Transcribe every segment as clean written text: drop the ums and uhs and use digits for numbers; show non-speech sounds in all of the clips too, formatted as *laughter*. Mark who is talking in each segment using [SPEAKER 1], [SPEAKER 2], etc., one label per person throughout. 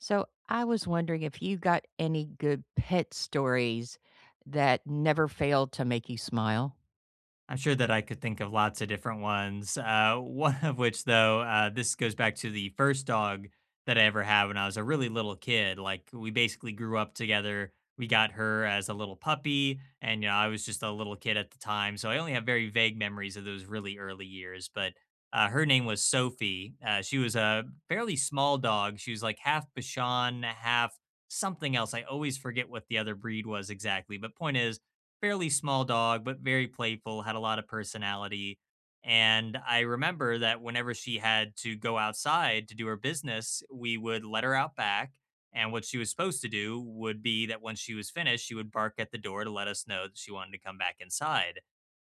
[SPEAKER 1] So I was wondering if you got any good pet stories that never failed to make you smile?
[SPEAKER 2] I'm sure that I could think of lots of different ones. *laughs* One of which, though, this goes back to the first dog that I ever had when I was a really little kid. Like, we basically grew up together. We got her as a little puppy, and, you know, I was just a little kid at the time. So I only have very vague memories of those really early years. But her name was Sophie. She was a fairly small dog. She was like half Bashan, half something else. I always forget what the other breed was exactly. But point is, fairly small dog, but very playful, had a lot of personality. And I remember that whenever she had to go outside to do her business, we would let her out back. And what she was supposed to do would be that when she was finished, she would bark at the door to let us know that she wanted to come back inside.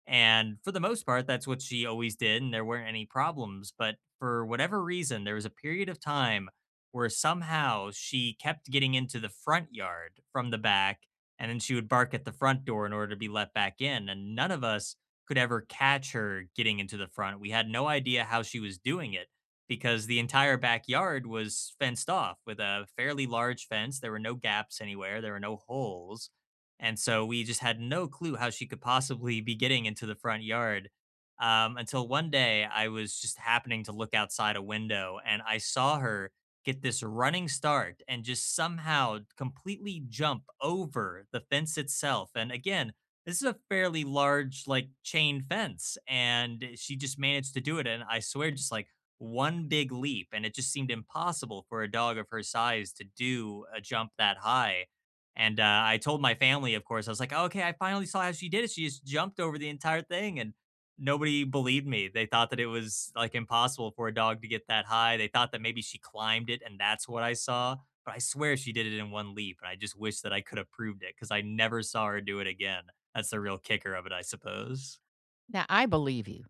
[SPEAKER 2] And for the most part, that's what she always did. And there weren't any problems. But for whatever reason, there was a period of time where somehow she kept getting into the front yard from the back, and then she would bark at the front door in order to be let back in. And none of us could ever catch her getting into the front. We had no idea how she was doing it because the entire backyard was fenced off with a fairly large fence. There were no gaps anywhere, there were no holes. And so we just had no clue how she could possibly be getting into the front yard. Until one day I was just happening to look outside a window and I saw her get this running start and just somehow completely jump over the fence itself. And again, this is a fairly large, like chain fence. And she just managed to do it. And I swear, just like one big leap. And it just seemed impossible for a dog of her size to do a jump that high. And I told my family, of course, I was like, okay, I finally saw how she did it. She just jumped over the entire thing. And nobody believed me. They thought that it was, like, impossible for a dog to get that high. They thought that maybe she climbed it and that's what I saw, but I swear she did it in one leap, and I just wish that I could have proved it, because I never saw her do it again. That's the real kicker of it, I suppose.
[SPEAKER 1] Now, I believe you.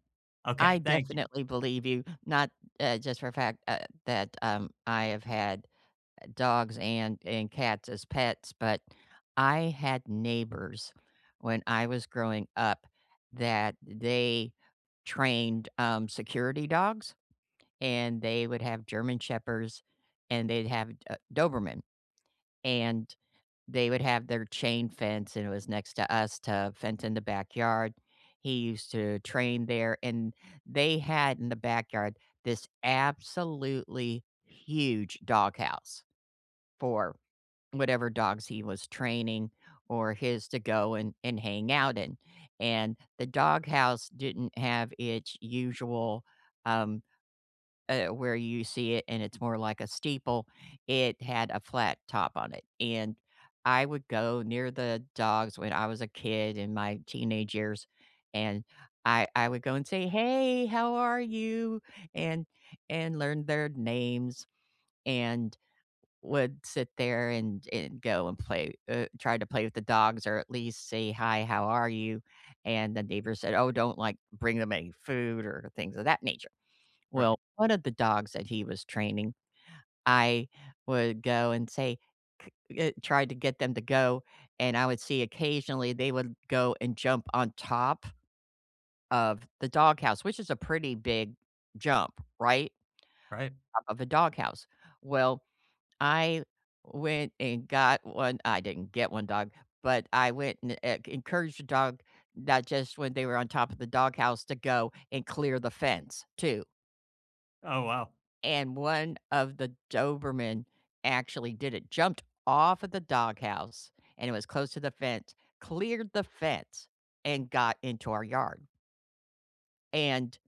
[SPEAKER 1] I
[SPEAKER 2] Okay, thank you.
[SPEAKER 1] definitely believe you, not just for a fact, that I have had dogs and cats as pets, but I had neighbors when I was growing up that they trained security dogs, and they would have German Shepherds, and they'd have Doberman. And they would have their chain fence, and it was next to us to fence in the backyard. He used to train there, and they had in the backyard this absolutely huge doghouse for whatever dogs he was training or his to go and hang out in. And the doghouse didn't have its usual, um, where you see it and it's more like a steeple, it had a flat top on it. And I would go near the dogs when I was a kid in my teenage years, and I would go and say, "Hey, how are you?" and and learn their names and would sit there and go and play, try to play with the dogs, or at least say, "Hi, how are you?" And the neighbor said, "Oh, don't, like, bring them any food or things of that nature." Well,
[SPEAKER 2] Right,
[SPEAKER 1] one of the dogs that he was training, I would go and say, c tried to get them to go, and I would see occasionally they would go and jump on top of the doghouse, which is a pretty big jump, right?
[SPEAKER 2] right.
[SPEAKER 1] Top of a doghouse. Well, I went and got one, I didn't get one dog, but I went and, encouraged the dog, not just when they were on top of the doghouse, to go and clear the fence too.
[SPEAKER 2] Oh, wow.
[SPEAKER 1] And one of the Doberman actually did it, jumped off of the doghouse, and it was close to the fence, cleared the fence, and got into our yard. And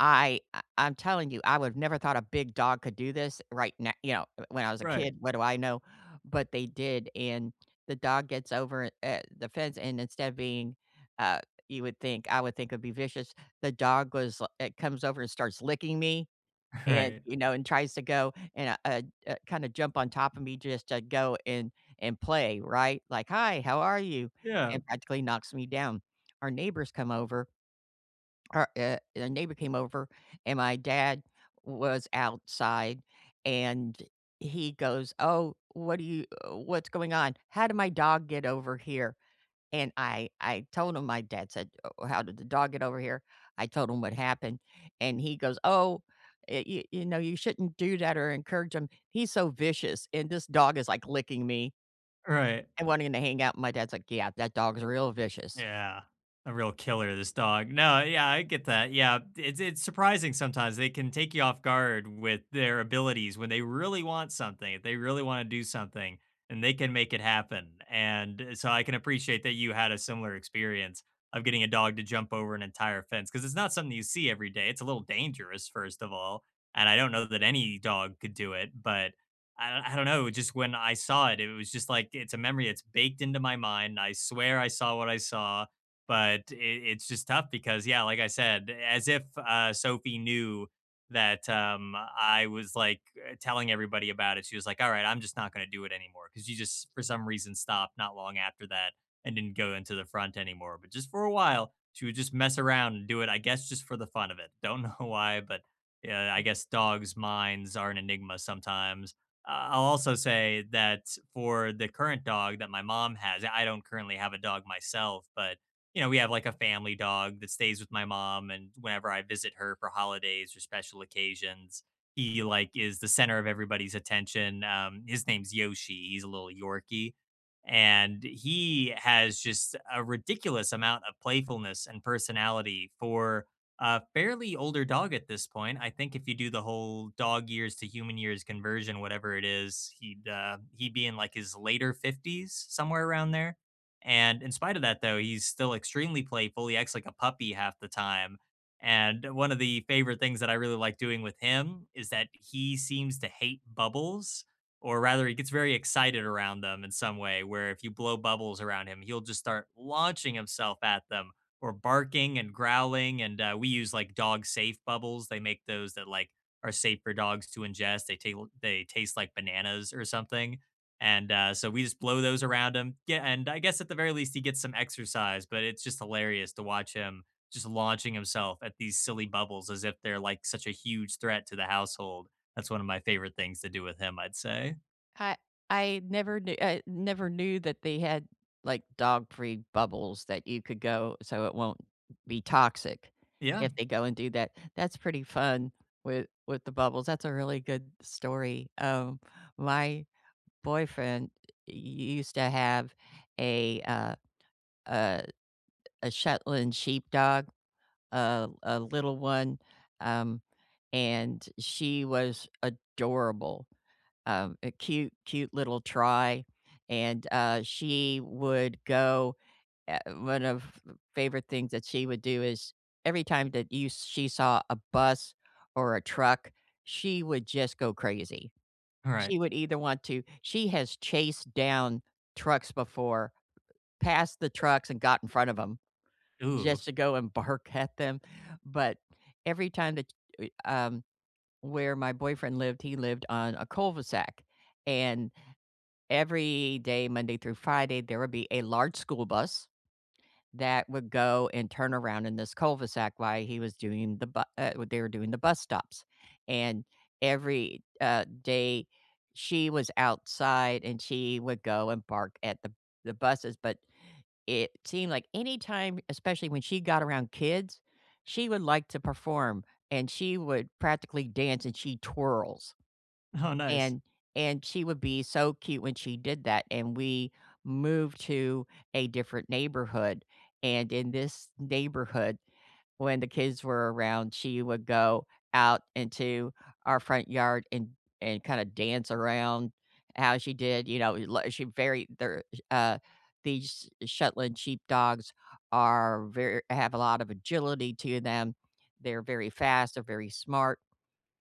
[SPEAKER 1] I'm telling you, I would've never thought a big dog could do this. Right now, you know, when I was a
[SPEAKER 2] Right,
[SPEAKER 1] kid, what do I know? But they did, and the dog gets over at the fence, and instead of being, uh, you would think, I would think it'd be vicious, the dog was l it comes over and starts licking me,
[SPEAKER 2] *laughs*
[SPEAKER 1] and,
[SPEAKER 2] right.
[SPEAKER 1] you know, and tries to go and, kinda jump on top of me just to go and play, right? Like, "Hi, how are you?"
[SPEAKER 2] Yeah,
[SPEAKER 1] And practically knocks me down. Our neighbors come over, our, a neighbor came over, and my dad was outside, and he goes, "Oh, what do you what's going on? How did my dog get over here?" And I told him, my dad said, "Oh, oh, how did the dog get over here?" I told him what happened, and he goes, "Oh, you you know, you shouldn't do that or encourage him. He's so vicious," and this dog is, like, licking me
[SPEAKER 2] right.
[SPEAKER 1] and wanting to hang out. My dad's like, "Yeah, that dog's real vicious."
[SPEAKER 2] Yeah. A real killer, this dog. No, yeah, I get that. Yeah, it's surprising sometimes they can take you off guard with their abilities when they really want something, if they really want to do something, and they can make it happen. And so I can appreciate that you had a similar experience of getting a dog to jump over an entire fence because it's not something you see every day. It's a little dangerous, first of all, and I don't know that any dog could do it, but I don't know, just when I saw it, it was just like it's a memory, it's baked into my mind. I swear I saw what I saw, but it's just tough because yeah, like I said, as if Sophie knew that I was like telling everybody about it. She was like, "All right, I'm just not going to do it anymore" cuz you just for some reason stopped not long after that and didn't go into the front anymore. But just for a while, she would just mess around and do it, I guess just for the fun of it. Don't know *laughs* why, but yeah, I guess dogs' minds are an enigma sometimes. I'll also say that for the current dog that my mom has, I don't currently have a dog myself, but you know, we have like a family dog that stays with my mom, and whenever I visit her for holidays or special occasions, he like is the center of everybody's attention. His name's Yoshi. He's a little Yorkie, and he has just a ridiculous amount of playfulness and personality for a fairly older dog at this point. I think if you do the whole dog years to human years conversion, whatever it is, he'd be in like his later fifties, somewhere around there. And in spite of that, though, he's still extremely playful. He acts like a puppy half the time. And one of the favorite things that I really like doing with him is that he seems to hate bubbles, or rather, he gets very excited around them in some way. Where if you blow bubbles around him, he'll just start launching himself at them or barking and growling, and, we use, like, dog safe bubbles. They make those that, like, are safe for dogs to ingest. They taste like bananas or something, and, so we just blow those around him. Yeah, and I guess at the very least, he gets some exercise, but it's just hilarious to watch him just launching himself at these silly bubbles as if they're, like, such a huge threat to the household. That's one of my favorite things to do with him, I'd say.
[SPEAKER 1] I I never knew that they had, like, dog-free bubbles that you could go so it won't be toxic
[SPEAKER 2] Yeah.
[SPEAKER 1] if they go and do that. That's pretty fun with the bubbles. That's a really good story. My boyfriend used to have a, a a Shetland sheepdog, a little one, um, and she was adorable, a cute, cute little try, and, she would go, one of the favorite things that she would do is every time that you she saw a bus or a truck, she would just go crazy.
[SPEAKER 2] Alright.
[SPEAKER 1] She would either want to she has chased down trucks before, passed the trucks and got in front of them
[SPEAKER 2] Ooh.
[SPEAKER 1] just to go and bark *laughs* at them, but every time that, uh, um, where my boyfriend lived, he lived on a cul-de-sac, and every day, Monday through Friday, there would be a large school bus that would go and turn around in this cul-de-sac while he was doing the bu they were doing the bus stops, and every, day, she was outside, and she would go and bark at the buses. But it seemed like anytime, especially when she got around kids, she would like to perform, and she would practically dance, and she twirls.
[SPEAKER 2] Oh, nice.
[SPEAKER 1] And and she would be so cute when she did that, and we moved to a different neighborhood, and in this neighborhood, when the kids were around, she would go out into our front yard and kinda dance around how she did, you know, li she very they're uh, these Shetland sheepdogs are very have a lot of agility to them. They're very fast, they're very smart,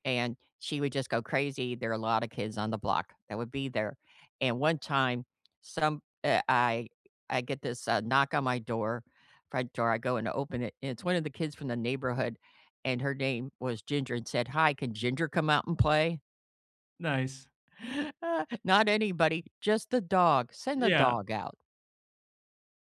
[SPEAKER 1] and she would just go crazy. There are a lot of kids on the block that would be there. And one time, some I get this knock on my door, front door. I go and open it, and it's one of the kids from the neighborhood, and her name was Ginger, and said, "Hi, can Ginger come out and play?"
[SPEAKER 2] Nice.
[SPEAKER 1] *laughs* Not anybody, just the dog. Send the
[SPEAKER 2] Yeah.
[SPEAKER 1] dog out.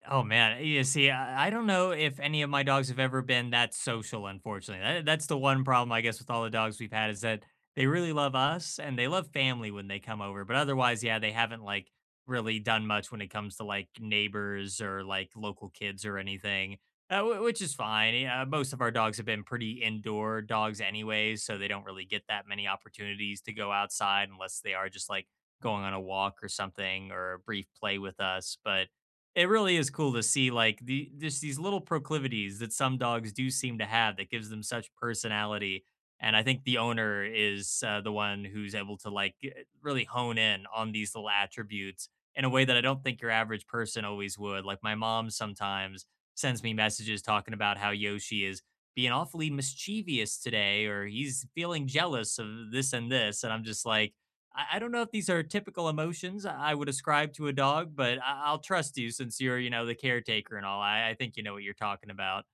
[SPEAKER 2] Oh man, you see, I don't know if any of my dogs have ever been that social, unfortunately. That's the one problem, I guess, with all the dogs we've had is that they really love us and they love family when they come over. But otherwise, yeah, they haven't like really done much when it comes to like neighbors or like local kids or anything, which is fine. Yeah, most of our dogs have been pretty indoor dogs, anyways, so they don't really get that many opportunities to go outside unless they are just like going on a walk or something or a brief play with us. But it really is cool to see like the just these little proclivities that some dogs do seem to have that gives them such personality, and I think the owner is the one who's able to really hone in on these little attributes in a way that I don't think your average person always would, like my mom sometimes sends me messages talking about how Yoshi is being awfully mischievous today or he's feeling jealous of this and this, and I'm just like I don't know if these are typical emotions I would ascribe to a dog, but I'll trust you since you're, you know, the caretaker and all. I think you know what you're talking about.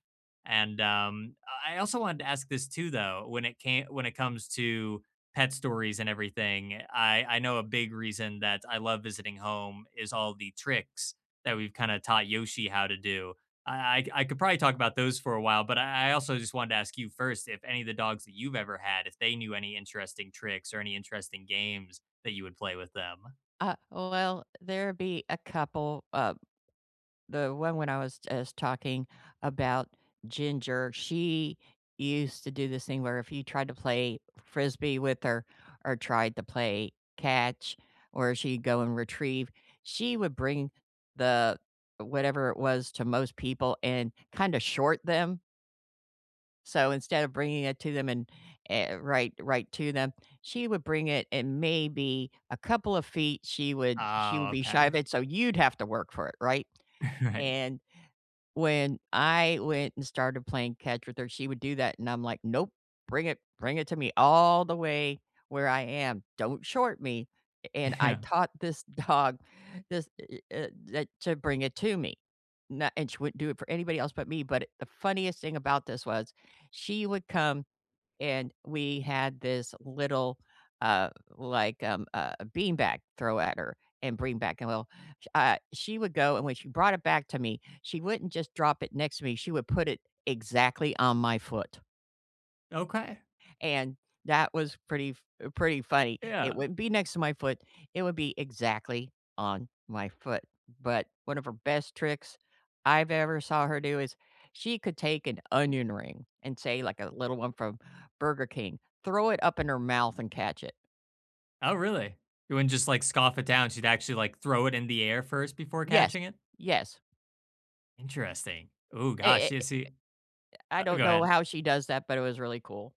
[SPEAKER 2] And I also wanted to ask this too, though, when it comes to pet stories and everything. I know a big reason that I love visiting home is all the tricks that we've kind of taught Yoshi how to do. I, I could probably talk about those for a while, but I also just wanted to ask you first if any of the dogs that you've ever had, if they knew any interesting tricks or any interesting games that you would play with them.
[SPEAKER 1] Well, there be a couple, the one when I was talking about Ginger, she used to do this thing where if you tried to play frisbee with her or tried to play catch, or she'd go and retrieve, she would bring the whatever it was to most people and kinda short them. So instead of bringing it to them and, right to them, she would bring it and maybe a couple of feet, she would
[SPEAKER 2] Oh,
[SPEAKER 1] be shy
[SPEAKER 2] okay.
[SPEAKER 1] of it, so you'd have to work for it, right?
[SPEAKER 2] *laughs* Right.
[SPEAKER 1] And when I went and started playing catch with her, she would do that, and I'm like, "Nope, bring it to me all the way where I am. Don't short me." And I
[SPEAKER 2] Yeah.
[SPEAKER 1] taught this *laughs* dog this eh eh that to bring it to me. No, and she wouldn't do it for anybody else but me, but the funniest thing about this was she would come, and we had this little, beanbag throw at her and bring back, and well, sh she would go, and when she brought it back to me, she wouldn't just drop it next to me, she would put it exactly on my foot.
[SPEAKER 2] Okay.
[SPEAKER 1] And that was pretty f pretty funny. It
[SPEAKER 2] Yeah.
[SPEAKER 1] wouldn't be next to my foot, it would be exactly on my foot. But one of her best tricks I've ever saw her do is she could take an onion ring and say, like, a little one from Burger King, throw it up in her mouth and catch it.
[SPEAKER 2] Oh, really? You wouldn't just like scoff it down. She'd actually like throw it in the air first before
[SPEAKER 1] Yes.
[SPEAKER 2] catching it.
[SPEAKER 1] Yes.
[SPEAKER 2] Interesting. Oh gosh.
[SPEAKER 1] I
[SPEAKER 2] Yeah. See.
[SPEAKER 1] I don't
[SPEAKER 2] Go
[SPEAKER 1] know
[SPEAKER 2] ahead.
[SPEAKER 1] how she does that, but it was really cool.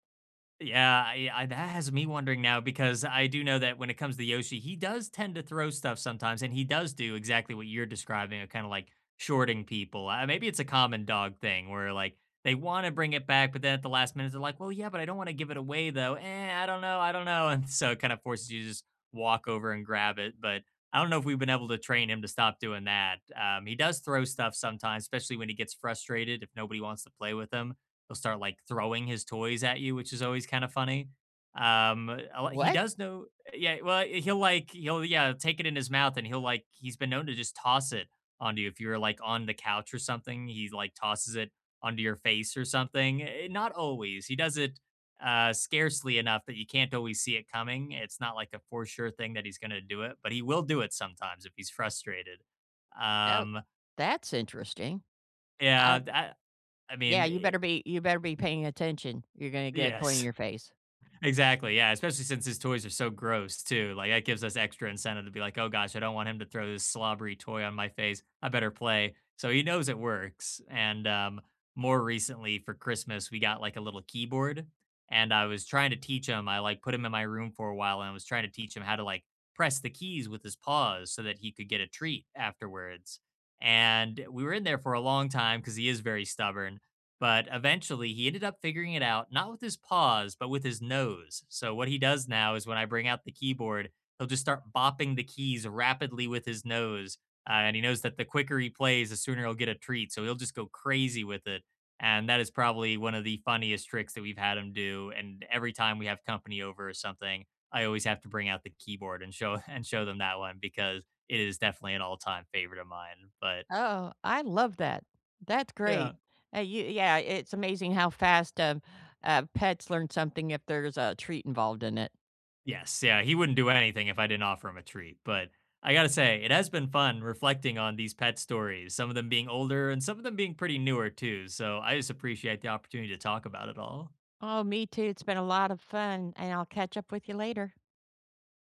[SPEAKER 2] Yeah, that has me wondering now because I do know that when it comes to Yoshi, he does tend to throw stuff sometimes, and he does do exactly what you're describing of kind of like shorting people. Maybe it's a common dog thing where like they want to bring it back, but then at the last minute, they're like, well, yeah, but I don't want to give it away though. I don't know. I don't know. *laughs* And so it kind of forces you to just walk over and grab it. But I don't know if we've been able to train him to stop doing that. He does throw stuff sometimes, especially when he gets frustrated if nobody wants to play with him. He'll start like throwing his toys at you, which is always kind of funny. Um, he
[SPEAKER 1] "What?
[SPEAKER 2] does know, yeah. Well, he'll yeah take it in his mouth, and he's been known to just toss it onto you if you're like on the couch or something. He like tosses it onto your face or something. Not always. He does it scarcely enough that you can't always see it coming. It's not like a for sure thing that he's going to do it, but he will do it sometimes if he's frustrated.
[SPEAKER 1] Oh,
[SPEAKER 2] Um,
[SPEAKER 1] that's interesting."
[SPEAKER 2] yeah,
[SPEAKER 1] Uh,
[SPEAKER 2] I
[SPEAKER 1] yeah,
[SPEAKER 2] mean,
[SPEAKER 1] you better be paying attention. You're gonna get a toy in
[SPEAKER 2] yes.
[SPEAKER 1] your face.
[SPEAKER 2] Exactly. Yeah. Especially since his toys are so gross too. Like that gives us extra incentive to be like, oh gosh, I don't want him to throw this slobbery toy on my face. I better play. So he knows it works. And more recently for Christmas, we got like a little keyboard. And I was trying to teach him. I like put him in my room for a while and I was trying to teach him how to like press the keys with his paws so that he could get a treat afterwards. And we were in there for a long time because he is very stubborn, but eventually, he ended up figuring it out, not with his paws, but with his nose. So, what he does now is when I bring out the keyboard, he'll just start bopping the keys rapidly with his nose. And he knows that the quicker he plays, the sooner he'll get a treat. So, he'll just go crazy with it. And that is probably one of the funniest tricks that we've had him do. And every time we have company over or something, I always have to bring out the keyboard and show *laughs* and show them that one because it is definitely an all-time favorite of mine. But
[SPEAKER 1] Oh, I love that. That's
[SPEAKER 2] yeah,
[SPEAKER 1] great. Yeah, it's amazing how fast, pets learn something if there's a treat involved in it.
[SPEAKER 2] yes, yeah, he wouldn't do anything if I didn't offer him a treat. But I gotta say, it has been fun reflecting on these pet stories, some of them being older and some of them being pretty newer too. So I just appreciate the opportunity to talk about it all.
[SPEAKER 1] Oh, me too. It's been a lot of fun, and I'll catch up with you later.